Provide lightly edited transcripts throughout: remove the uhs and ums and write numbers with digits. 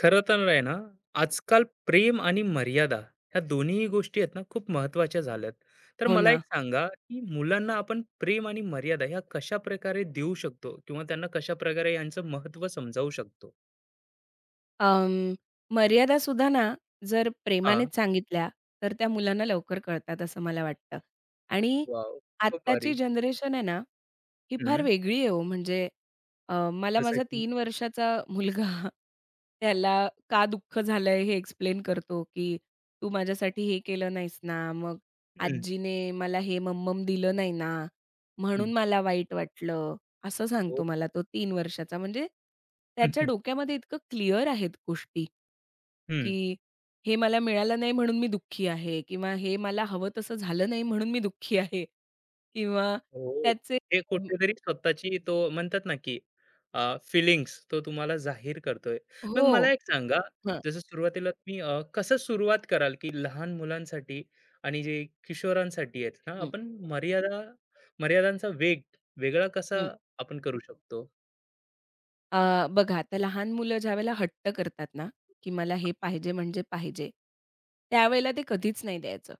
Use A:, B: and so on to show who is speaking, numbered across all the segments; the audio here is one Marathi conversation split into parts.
A: खरं तर आहे ना. आजकाल प्रेम आणि मर्यादा ह्या दोन्ही गोष्टी आहेत ना, खूप महत्वाच्या झाल्यात. तर
B: हो
A: मला
B: ना.
A: एक सांगा की मुलांना आपण प्रेम आणि मर्यादा ह्या कशा प्रकारे देऊ शकतो किंवा त्यांना कशा प्रकारे यांचं महत्व समजावू शकतो.
B: अं, मर्यादा सुद्धा ना, जर
A: हा.
B: प्रेमानेच सांगितल्या, तर त्या मुलांना लवकर कळतात असं मला वाटतं. आणि
A: वाव. खूप
B: आत्ताची
A: भारी.
B: जनरेशन आहे ना, ही फार
A: हम्म.
B: वेगळी आहे हो. म्हणजे मला
A: जसं
B: माझा
A: की.
B: 3 वर्षाचा मुलगा त्याला का दुःख झालंय हे एक्सप्लेन करतो, की "तू माझ्यासाठी हे केलं नाहीस ना, मग
A: हम्म.
B: आजीने मला हे मम दिलं नाही ना,
A: हम्म,
B: म्हणून मला वाईट वाटलं." असं
A: हो.
B: सांगतो मला तो 3 वर्षाचा. म्हणजे त्याच्या डोक्यामध्ये इतकं क्लिअर आहेत गोष्टी, की हे मला मिळालं नाही म्हणून मी दुःखी आहे किंवा हे मला हवं तसं झालं नाही म्हणून मी दुःखी आहे किंवा
A: हो. हो.
B: त्याचे
A: हे
B: अम,
A: कुठेतरी स्वतःची तो म्हणतात ना, की फिलिंग्स तो तुम्हाला जाहीर करतोय. मग
B: हो.
A: मला एक सांगा,
B: हं,
A: जसं सुरुवातीला तुम्ही कसं सुरुवात कराल, की लहान मुलांसाठी आणि जे किशोरांसाठी आहेत ना,
B: हं,
A: आपण मर्यादा मर्यादांचा वेग वेगळा कसा
B: हं.
A: आपण करू शकतो?
B: बघा आता लहान मुलं ज्यावेळेला हट्ट करतात ना, की मला हे पाहिजे म्हणजे पाहिजे, त्यावेळेला ते कधीच नाही द्यायचं.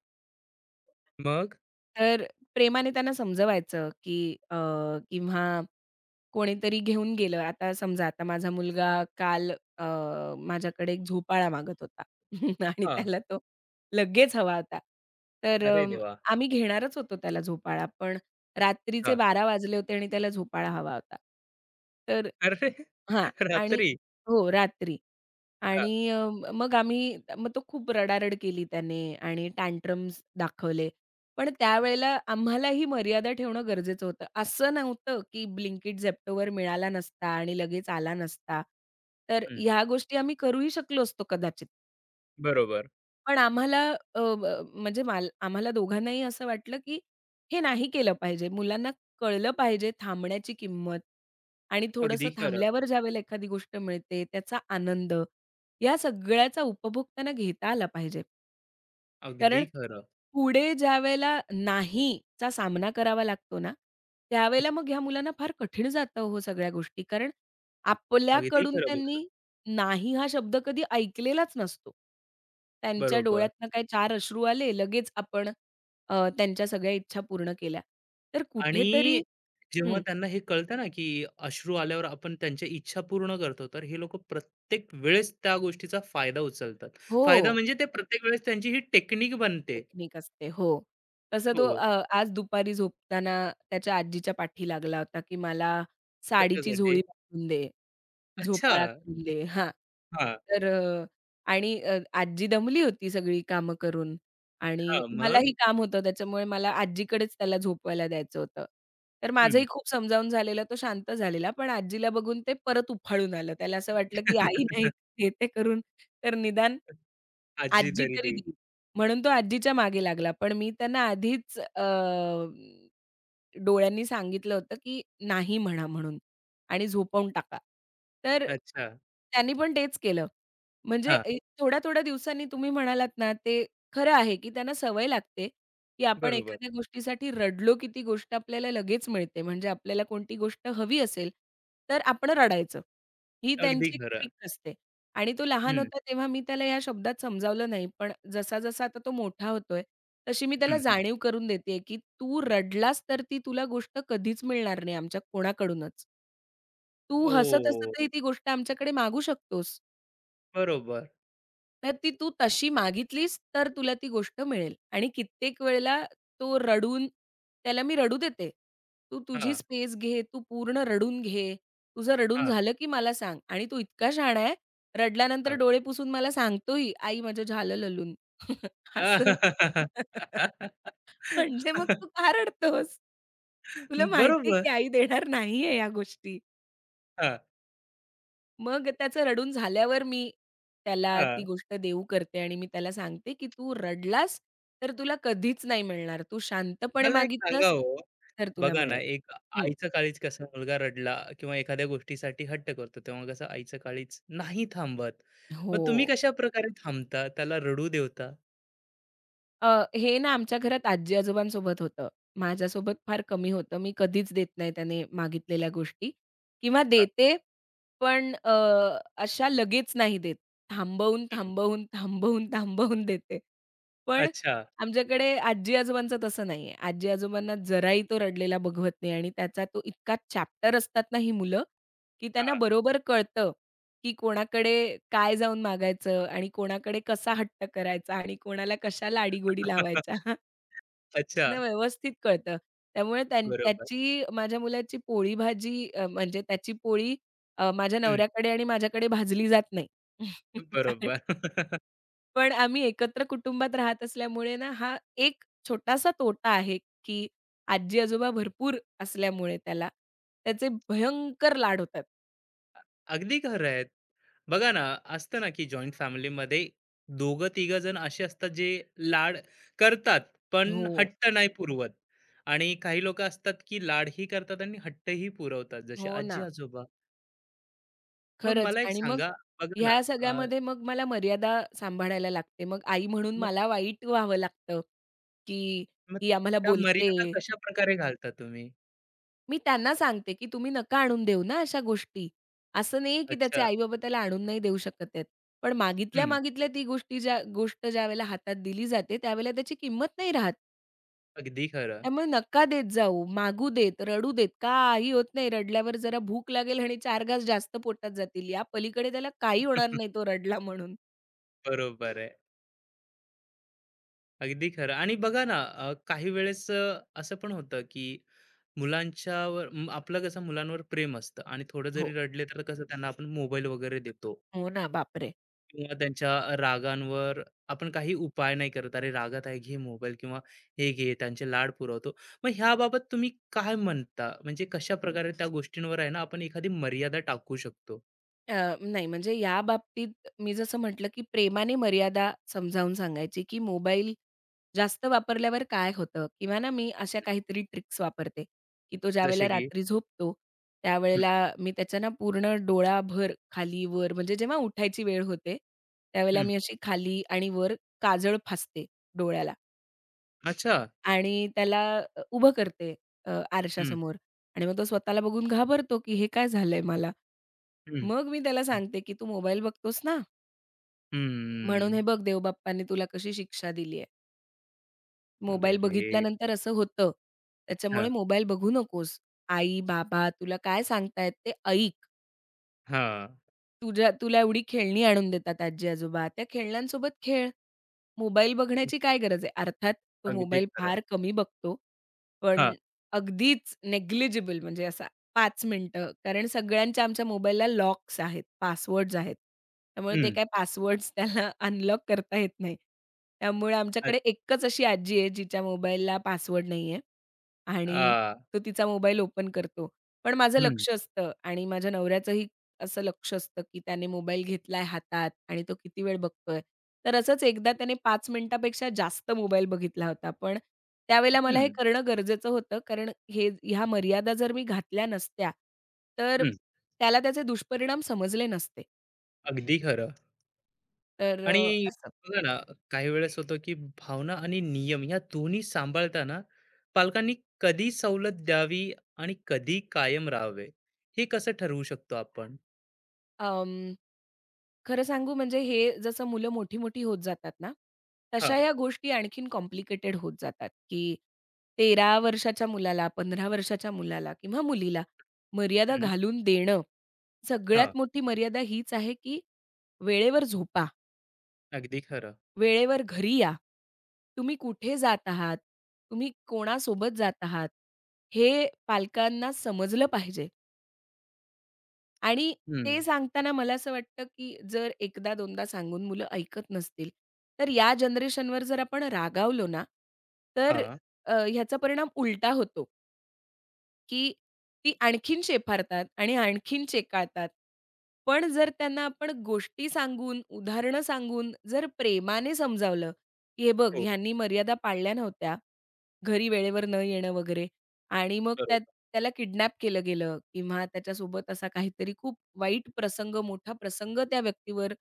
A: मग?
B: तर प्रेमाने त्यांना समजवायचं, की किंवा कोणीतरी घेऊन गेलं. आता समजा आता माझा मुलगा काल अ, माझ्याकडे एक झोपाळा मागत होता आणि
A: हां.
B: त्याला तो लगेच हवा होता. तर
A: अरे देवा!
B: आम्ही घेणारच होतो त्याला झोपाळा, पण रात्रीचे
A: हां.
B: 12 वाजले होते आणि त्याला झोपाळा हवा होता. तर
A: अरे!
B: हां आणि
A: रात्री?
B: हो, रात्री.
A: हां.
B: आणि मग आम्ही तो खूप रडारड केली त्याने आणि टँट्रम्स दाखवले. पण
A: हं,
B: त्यावेळेला आम्हाला ही मर्यादा ठेवणं गरजेचं होतं. असं नव्हतं, की Blinkit, Zeptoवर मिळाला नसता आणि लगेच आला नसता. तर ह्या गोष्टी आम्ही करूही शकलो असतो कदाचित.
A: बरोबर.
B: पण आम्हाला अ, ब म्हणजे माल आम्हाला दोघांनाही असं वाटलं, की हे नाही केलं पाहिजे. मुलांना कळलं पाहिजे थांबण्याची किंमत आणि थोडंसं
A: अगदी खरं,
B: थांबल्यावर ज्यावेळेला एखादी गोष्ट मिळते त्याचा आनंद, या सगळ्याचा उपभोग त्यांना घेता आला पाहिजे.
A: अगदी
B: कारण
A: खरं,
B: पुढे ज्यावेळेला नाहीचा सामना करावा लागतो ना, त्यावेळेला मग ह्या मुलांना फार कठीण जातं हो सगळ्या गोष्टी. कारण
A: अगदी
B: आपल्याकडून
A: खरं बोललात.
B: त्यांनी नाही हा शब्द कधी ऐकलेलाच नसतो. त्यांच्या
A: बरोबर.
B: डोळ्यातनं काय चार अश्रू आले, लगेच आपण त्यांच्या सगळ्या इच्छा पूर्ण केल्या. तर कुठेतरी
A: आणि जेव्हा
B: हं,
A: त्यांना हे कळतं ना, की अश्रू आल्यावर आपण त्यांच्या इच्छा पूर्ण करतो, तर हे लोकं प्रत्येक वेळेस त्या गोष्टीचा फायदा उचलतात. फायदा
B: हो,
A: म्हणजे ते प्रत्येक वेळेस त्यांची ही टेक्निक बनते.
B: टेक्निक असते. हो. तसं तो
A: हो,
B: आज दुपारी झोपताना त्याच्या आजीच्या पाठी लागला होता, की "मला साडीची
A: कशासाठी?
B: झोळी बांधून दे."
A: अच्छा.
B: झोपाळा उरले. हां.
A: हां,
B: तर आणि आजी दमली होती सगळी कामं करून आणि
A: हां. मग?
B: मलाही काम होतं त्याच्यामुळे मला आजीकडेच त्याला झोपवायला द्यायचं होतं. तर
A: हं.
B: माझंही खूप समजावून झालेलं तो शांत झालेला, पण आजीला बघून ते परत उफाळून आलं. त्याला असं वाटलं, की आई नाही घेते करून तर निदान
A: आजी
B: आजी
A: तरी
B: तरी
A: दे.
B: देईल. म्हणून तो आजीच्या मागे लागला. पण मी त्यांना आधीच डोळ्यांनी सांगितलं होतं, की "नाही म्हणा म्हणून आणि झोपवून टाका." तर
A: अच्छा.
B: त्यांनी पण तेच केलं. म्हणजे
A: हां,
B: ए थोड्या-थोड्या दिवसांनी तुम्ही म्हणालात ना, ते खरं आहे, की त्यांना सवय लागते, की आपण
A: बरोबर.
B: एखाद्या गोष्टीसाठी रडलो, की ती गोष्ट आपल्याला लगेच मिळते. म्हणजे आपल्याला कोणती गोष्ट हवी असेल, तर आपण रडायचं. ही
A: अगदी
B: त्यांची
A: खरं.
B: ट्रिक असते. आणि तो लहान
A: हं,
B: होता तेव्हा मी त्याला या शब्दात समजावलं नाही, पण जसा-जसा आता तो मोठा होतोय, तशी मी त्याला
A: हं.
B: जाणीव करून देतेय, की "तू रडलास तर ती तुला गोष्ट कधीच मिळणार नाही आमच्या कोणाकडूनच. तू
A: ओह!
B: हसत-हसतही ती गोष्ट आमच्याकडे मागू शकतोस."
A: बरोबर.
B: तर तू तशी मागितलीस तर तुला ती गोष्ट मिळेल आणि कित्येक वेळेला तो रडून त्याला मी रडू देते. तू तुझी
A: हां,
B: स्पेस घे, तू पूर्ण रडून घे. तुझं रडून
A: हां,
B: झालं की मला सांग आणि तो इतका शहाणा आहे, रडल्यानंतर
A: हां.
B: डोळे पुसून मला सांगतोही, "आई माझं झालं ललून." असं. म्हणजे मग तू का रडतोस? तुला माहिती की
A: बरोबर.
B: आई देणार नाहीये या गोष्टी.
A: हां,
B: मग त्याचं रडून झाल्यावर मी त्याला
A: हां.
B: ती गोष्ट देऊ करते आणि मी त्याला सांगते, की "तू रडलास तर तुला कधीच नाही मिळणार. तू शांतपणे
A: मला एक सांगा
B: मागितलंस
A: हो,
B: तर तुला
A: बघा ना,
B: मिळेल."
A: एक
B: हं.
A: आईचं काळीज कसं मुलगा रडला किंवा एखाद्या गोष्टीसाठी हट्ट करतो, तेव्हा कसं आईचं काळीज नाही थांबत. मग
B: हो.
A: तुम्ही कशा प्रकारे थांबता, त्याला रडू देता?
B: हे ना आमच्या घरात आजी-आजोबांसोबत होतं. माझ्यासोबत फार कमी होतं. मी कधीच देत नाही त्याने मागितलेल्या गोष्टी किंवा
A: हां,
B: देते पण अशा लगेच नाही देत. थांबवून,
A: हं.
B: थांबवून, थांबवून, थांबवून देते. पण
A: अच्छा.
B: आमच्याकडे आजी-आजोबांचं तसं नाहीये. आजी-आजोबांना जराही तो रडलेला बघवत नाही आणि त्याचा तो इतका चॅप्टर असतात ना ही मुलं, की त्यांना
A: हां.
B: बरोबर कळतं, की कोणाकडे काय जाऊन मागायचं आणि कोणाकडे कसा हट्ट करायचा आणि कोणाला कशा लाडीगोडी लावायच्या.
A: अच्छा.
B: त्यांना व्यवस्थित कळतं. त्यामुळे त्यां
A: बरोबर.
B: त्याची माझ्या मुलाची पोळी भाजी म्हणजे त्याची पोळी माझ्या
A: हं,
B: नवऱ्याकडे आणि माझ्याकडे भाजली जात नाही. कारण
A: बरोबर.
B: पण आम्ही एकत्र कुटुंबात राहत असल्यामुळे ना, हा एक छोटासा तोटा आहे, की आजी-आजोबा भरपूर असल्यामुळे त्याला, त्याचे भयंकर लाड होतात.
A: अगदी खरं आहे. बघा ना, असतं ना की जॉइंट फॅमिलीमध्ये दोघं-तिघं जण असे असतात जे लाड करतात, पण
B: हो.
A: हट्ट नाही पुरवत. आणि काही लोकं असतात की लाडही करतात आणि हट्टही पुरवतात, जसे
B: हो ना.
A: आजी-आजोबा. मग
B: खरंच
A: मला एक
B: आणि मग
A: सांगा, बघा ना,
B: ह्या
A: अ,
B: सगळ्यामध्ये मग मला मर्यादा सांभाळायला लागते. मग आई म्हणून
A: मग
B: मला वाईट व्हावं लागतं, की
A: मग
B: ही आम्हाला
A: त्या मर्यादा
B: बोलते.
A: कशाप्रकारे घालता तुम्ही?
B: मी त्यांना सांगते, की "तुम्ही नका आणून देऊ ना अशा गोष्टी." असं नाही की त्याचे
A: अच्छा.
B: आई-बाबा त्याला आणून नाही देऊ शकत आहेत. पण
A: हं.
B: मागितल्या-मागितल्या ती गोष्टी ज्या गोष्ट ज्यावेळेला हातात दिली जाते, त्यावेळेला त्याची किंमत नाही राहत.
A: अगदी खरं.
B: त्यामुळे नका देत जाऊ, मागू देत, रडू देत, काही होत नाही. रडल्यावर जरा भूक लागेल आणि 4 घास जास्त पोटात जातील. या पलीकडे त्याला काही होणार नाही तो रडला म्हणून.
A: बरोबर आहे. अगदी खरं आणि बघा ना काही वेळेस असं पण होतं की मुलांच्यावर आपलं कसं मुलांवर प्रेम असतं आणि थोडं जरी
B: हो.
A: रडले तर कसं त्यांना आपण मोबाईल वगैरे देतो
B: हो ना, बापरे!
A: किंवा त्यांच्या रागांवर आपण काही उपाय नाही करत, अरे रागात आहे घे मोबाईल किंवा हे घे, त्यांचे लाड पुरवतो. मग ह्याबाबत तुम्ही काय म्हणता, म्हणजे कशा प्रकारे त्या गोष्टींवर आहे ना आपण एखादी मर्यादा टाकू शकतो?
B: नाही म्हणजे या बाबतीत मी जसं म्हटलं, की प्रेमाने मर्यादा समजावून सांगायची, की मोबाईल जास्त वापरल्यावर काय होतं किंवा ना मी अशा काहीतरी ट्रिक्स वापरते, की तो
A: जसे
B: ज्यावेळेला
A: की
B: रात्री झोपतो,
A: हं,
B: त्यावेळेला मी त्याच्या ना पूर्ण डोळाभर खाली-वर म्हणजे जेव्हा उठायची वेळ होते, त्यावेळेला
A: हं,
B: मी अशी खाली आणि वर काजळ फासते डोळ्याला
A: अच्छा,
B: आणि त्याला उभं करते
A: हं,
B: आरशासमोर आणि मग तो स्वतःला बघून घाबरतो, की हे काय झालंय मला?
A: हं,
B: मग मी त्याला
A: हं,
B: सांगते, की "तू मोबाईल बघतोस ना? म्हणून
A: हं,
B: हे बघ देवबाप्पांनी तुला कशी शिक्षा दिली आहे.
A: अरे
B: मोबाईल
A: रे,
B: बघितल्यानंतर असं होतं.
A: हा,
B: त्याच्यामुळे मोबाईल बघू नकोस. आई, बाबा तुला काय सांगतायत ते ऐक.
A: हा,
B: तुझ्या तुला एवढी खेळणी आणून देतात आजी-आजोबा. त्या खेळण्यांसोबत खेळ. मोबाईल
A: हं,
B: बघण्याची काय गरज आहे? अर्थात तो
A: अगदी
B: मोबाईल
A: खरं.
B: फार कमी बघतो.
A: हां,
B: पण अगदीच नेग्लिजिबल म्हणजे असा 5 मिनिटं. कारण सगळ्यांच्या आमच्या मोबाईलला लॉक्स आहेत, पासवर्ड्स आहेत. त्यामुळे ते
A: हं.
B: काय पासवर्ड्स त्याला अनलॉक करता येत नाही. त्यामुळे आमच्याकडे एकच अशी आजी आहे जिच्या मोबाईलला पासवर्ड नाहीये आणि
A: अच्छा.
B: तो तिचा मोबाईल ओपन करतो. पण माझं
A: हं,
B: लक्ष असतं आणि माझ्या नवऱ्याचंही असं लक्ष असतं, की त्याने मोबाईल घेतलाय हातात आणि तो किती वेळ बघतोय. तर असंच एकदा त्याने 5 मिनिटापेक्षा जास्त मोबाईल बघितला होता. पण त्यावेळेला मला हे
A: हं,
B: करणं गरजेचं होतं. कारण हे ह्या मर्यादा जर मी घातल्या नसत्या, तर
A: हं.
B: त्याला त्याचे दुष्परिणाम समजले नसते.
A: अगदी खरं.
B: तर
A: आणि
B: असं.
A: बघा ना, काही वेळेस होतं, की भावना आणि नियम या दोन्ही सांभाळताना पालकांनी कधी सवलत द्यावी आणि कधी कायम राहावे, हे कसं ठरवू शकतो आपण?
B: अं, खरं सांगू म्हणजे हे जसं मुलं मोठी-मोठी होत जातात ना, तशा
A: हां,
B: या गोष्टी आणखीन कॉम्प्लिकेटेड होत जातात, की 13 वर्षाच्या मुलाला, 15 वर्षाच्या मुलाला किंवा मुलीला मर्यादा
A: हं,
B: घालून देणं.
A: हां.
B: सगळ्यात मोठी मर्यादा हीच आहे, की वेळेवर झोपा,
A: अगदी खरं.
B: वेळेवर घरी या. तुम्ही कुठे जात आहात? तुम्ही कोणासोबत जात आहात? हे पालकांना समजलं पाहिजे. आणि
A: हं,
B: ते सांगताना मला असं वाटतं, की जर एकदा दोनदा सांगून मुलं ऐकत नसतील, तर या जनरेशनवर जर आपण रागावलो ना, तर
A: हां.
B: ह्याचा परिणाम उलटा होतो, की ती आणखीन शेफारतात आणि आणखीन चेकाळतात. पण जर त्यांना आपण गोष्टी सांगून, उदाहरणं सांगून, जर प्रेमाने समजावलं, की "हे बघ,
A: हो,
B: ह्यांनी मर्यादा पाळल्या नव्हत्या." घरी वेळेवर न येणं वगैरे आणि मग त्यात
A: बरोबर.
B: त्याला किडनॅप केलं गेलं किंवा त्याच्यासोबत असा काहीतरी खूप वाईट प्रसंग, मोठा प्रसंग त्या व्यक्तीवर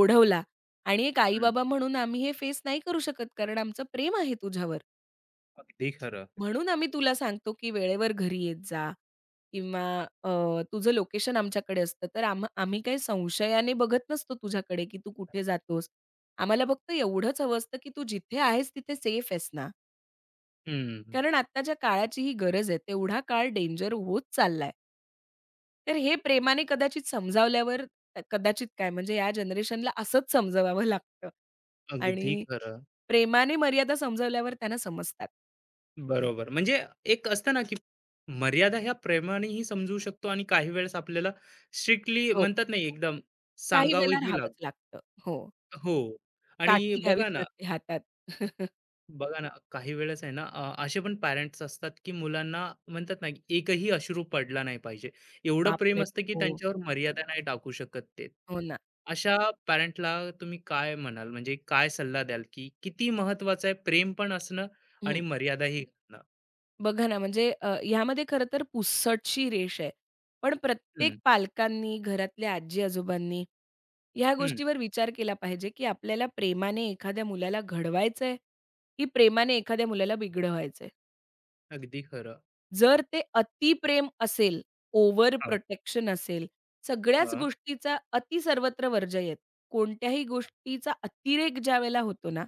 B: ओढवला आणि एक
A: हं,
B: आई-बाबा म्हणून आम्ही हे फेस नाही करू शकत, कारण आमचं प्रेम आहे तुझ्यावर.
A: अगदी खरं.
B: म्हणून आम्ही तुला सांगतो, की वेळेवर घरी येत जा किंवा अ, तुझं लोकेशन आमच्याकडे असतं. तर आम्ही काही संशयाने बघत नसतो तुझ्याकडे, की तू कुठे जातोस. आम्हाला फक्त एवढंच हवं असतं, की तू जिथे आहेस तिथे सेफ आहेस ना?
A: हं,
B: कारण आत्ताच्या काळाची ही गरज आहे. तेवढा काळ डेंजर होत चाललाय. तर हे प्रेमाने कदाचित समजावल्यावर कदाचित काय म्हणजे या जनरेशनला असंच समजवावं लागतं
A: अगदी
B: आणि
A: खरं.
B: प्रेमाने मर्यादा समजावल्यावर त्यांना समजतात.
A: बरोबर. म्हणजे एक असतं ना, की मर्यादा ह्या प्रेमानेही समजू शकतो आणि काही वेळेस आपल्याला स्ट्रिक्टली
B: हो.
A: म्हणतात नाही एकदम
B: काही वेळेला
A: सांगावंही लागतं.
B: राहावंच लागतं. हो.
A: हो. आणि
B: काठी
A: बघा
B: घ्यावीच
A: ना,
B: लागते हातात.
A: बघा ना, काही वेळेस आहे ना, असे पण पॅरेंट्स असतात, की मुलांना म्हणतात ना, की एकही अश्रू पडला नाही पाहिजे. एवढं प्रेम
B: बापरे!
A: असतं, की
B: हो.
A: त्यांच्यावर मर्यादा नाही टाकू शकत ते.
B: हो ना.
A: अशा पॅरेंटला तुम्ही काय म्हणाल? म्हणजे काय सल्ला द्याल, की किती महत्वाचं आहे प्रेम पण असणं आणि
B: हं.
A: मर्यादाही घालणं?
B: बघा ना, म्हणजे ह्यामध्ये खरं तर पुसटशी रेष आहे. पण प्रत्येक
A: हं,
B: पालकांनी, घरातल्या आजी-आजोबांनी ह्या
A: हं.
B: गोष्टीवर विचार केला पाहिजे, की आपल्याला प्रेमाने एखाद्या मुलाला घडवायचंय, की प्रेमाने एखाद्या मुलाला बिघडवायचंय?
A: अगदी खरं.
B: जर ते अतिप्रेम असेल, ओव्हर
A: हां,
B: प्रोटेक्शन असेल, सगळ्याच
A: हां,
B: गोष्टीचा अति सर्वत्र वर्जयेत. कोणत्याही गोष्टीचा अतिरेक ज्यावेळेला होतो ना,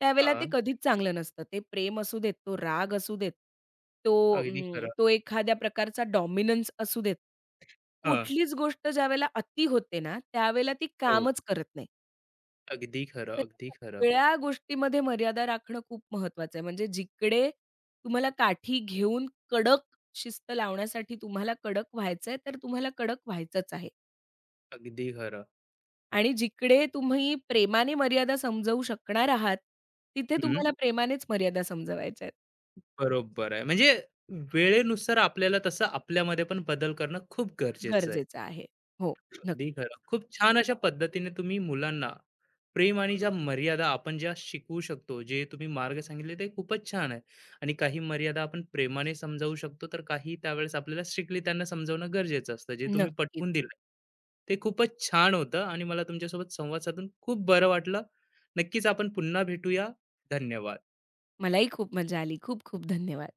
B: त्यावेळेला ते
A: हां.
B: कधीच चांगलं नसतं. ते प्रेम असू देत, तो राग असू देत, तो
A: अगदी खरं.
B: तो एखाद्या प्रकारचा डॉमिनन्स असू देत.
A: हां.
B: कुठलीच गोष्ट ज्यावेळेला अति होते ना, त्यावेळेला ती
A: हो.
B: कामच करत नाही.
A: अगदी खरं,
B: तर
A: अगदी खरं,
B: सगळ्या गोष्टीमध्ये मर्यादा राखणं खूप महत्वाचं आहे. म्हणजे जिकडे तुम्हाला काठी घेऊन कडक शिस्त लावण्यासाठी तुम्हाला कडक व्हायचंय, तर तुम्हाला कडक व्हायचंच आहे.
A: अगदी खरं.
B: आणि जिकडे तुम्ही प्रेमाने मर्यादा समजवू शकणार आहात, तिथे
A: हं,
B: तुम्हाला प्रेमानेच मर्यादा समजवायच्या आहेत.
A: बरोबर आहे. म्हणजे वेळेनुसार आपल्याला तसं आपल्यामध्ये पण बदल करणं खूप गरजेचं आहे.
B: गरजेचं आहे. हो,
A: अगदी
B: नक्कीच.
A: खरं. खूप छान अशा पद्धतीने तुम्ही मुलांना प्रेम आणि ज्या मर्यादा आपण ज्या शिकवू शकतो, जे तुम्ही मार्ग सांगितले ते खूपच छान आहे. आणि काही मर्यादा आपण प्रेमाने समजावू शकतो, तर काही त्यावेळेस आपल्याला स्ट्रिक्टली त्यांना समजावणं गरजेचं असतं. जे तुम्ही पटवून
B: नक्कीच.
A: दिलं, ते खूपच छान होतं आणि मला तुमच्यासोबत संवाद साधून खूप बरं वाटलं. नक्कीच आपण पुन्हा भेटूया. धन्यवाद.
B: मलाही खूप मजा आली. खूप खूप धन्यवाद.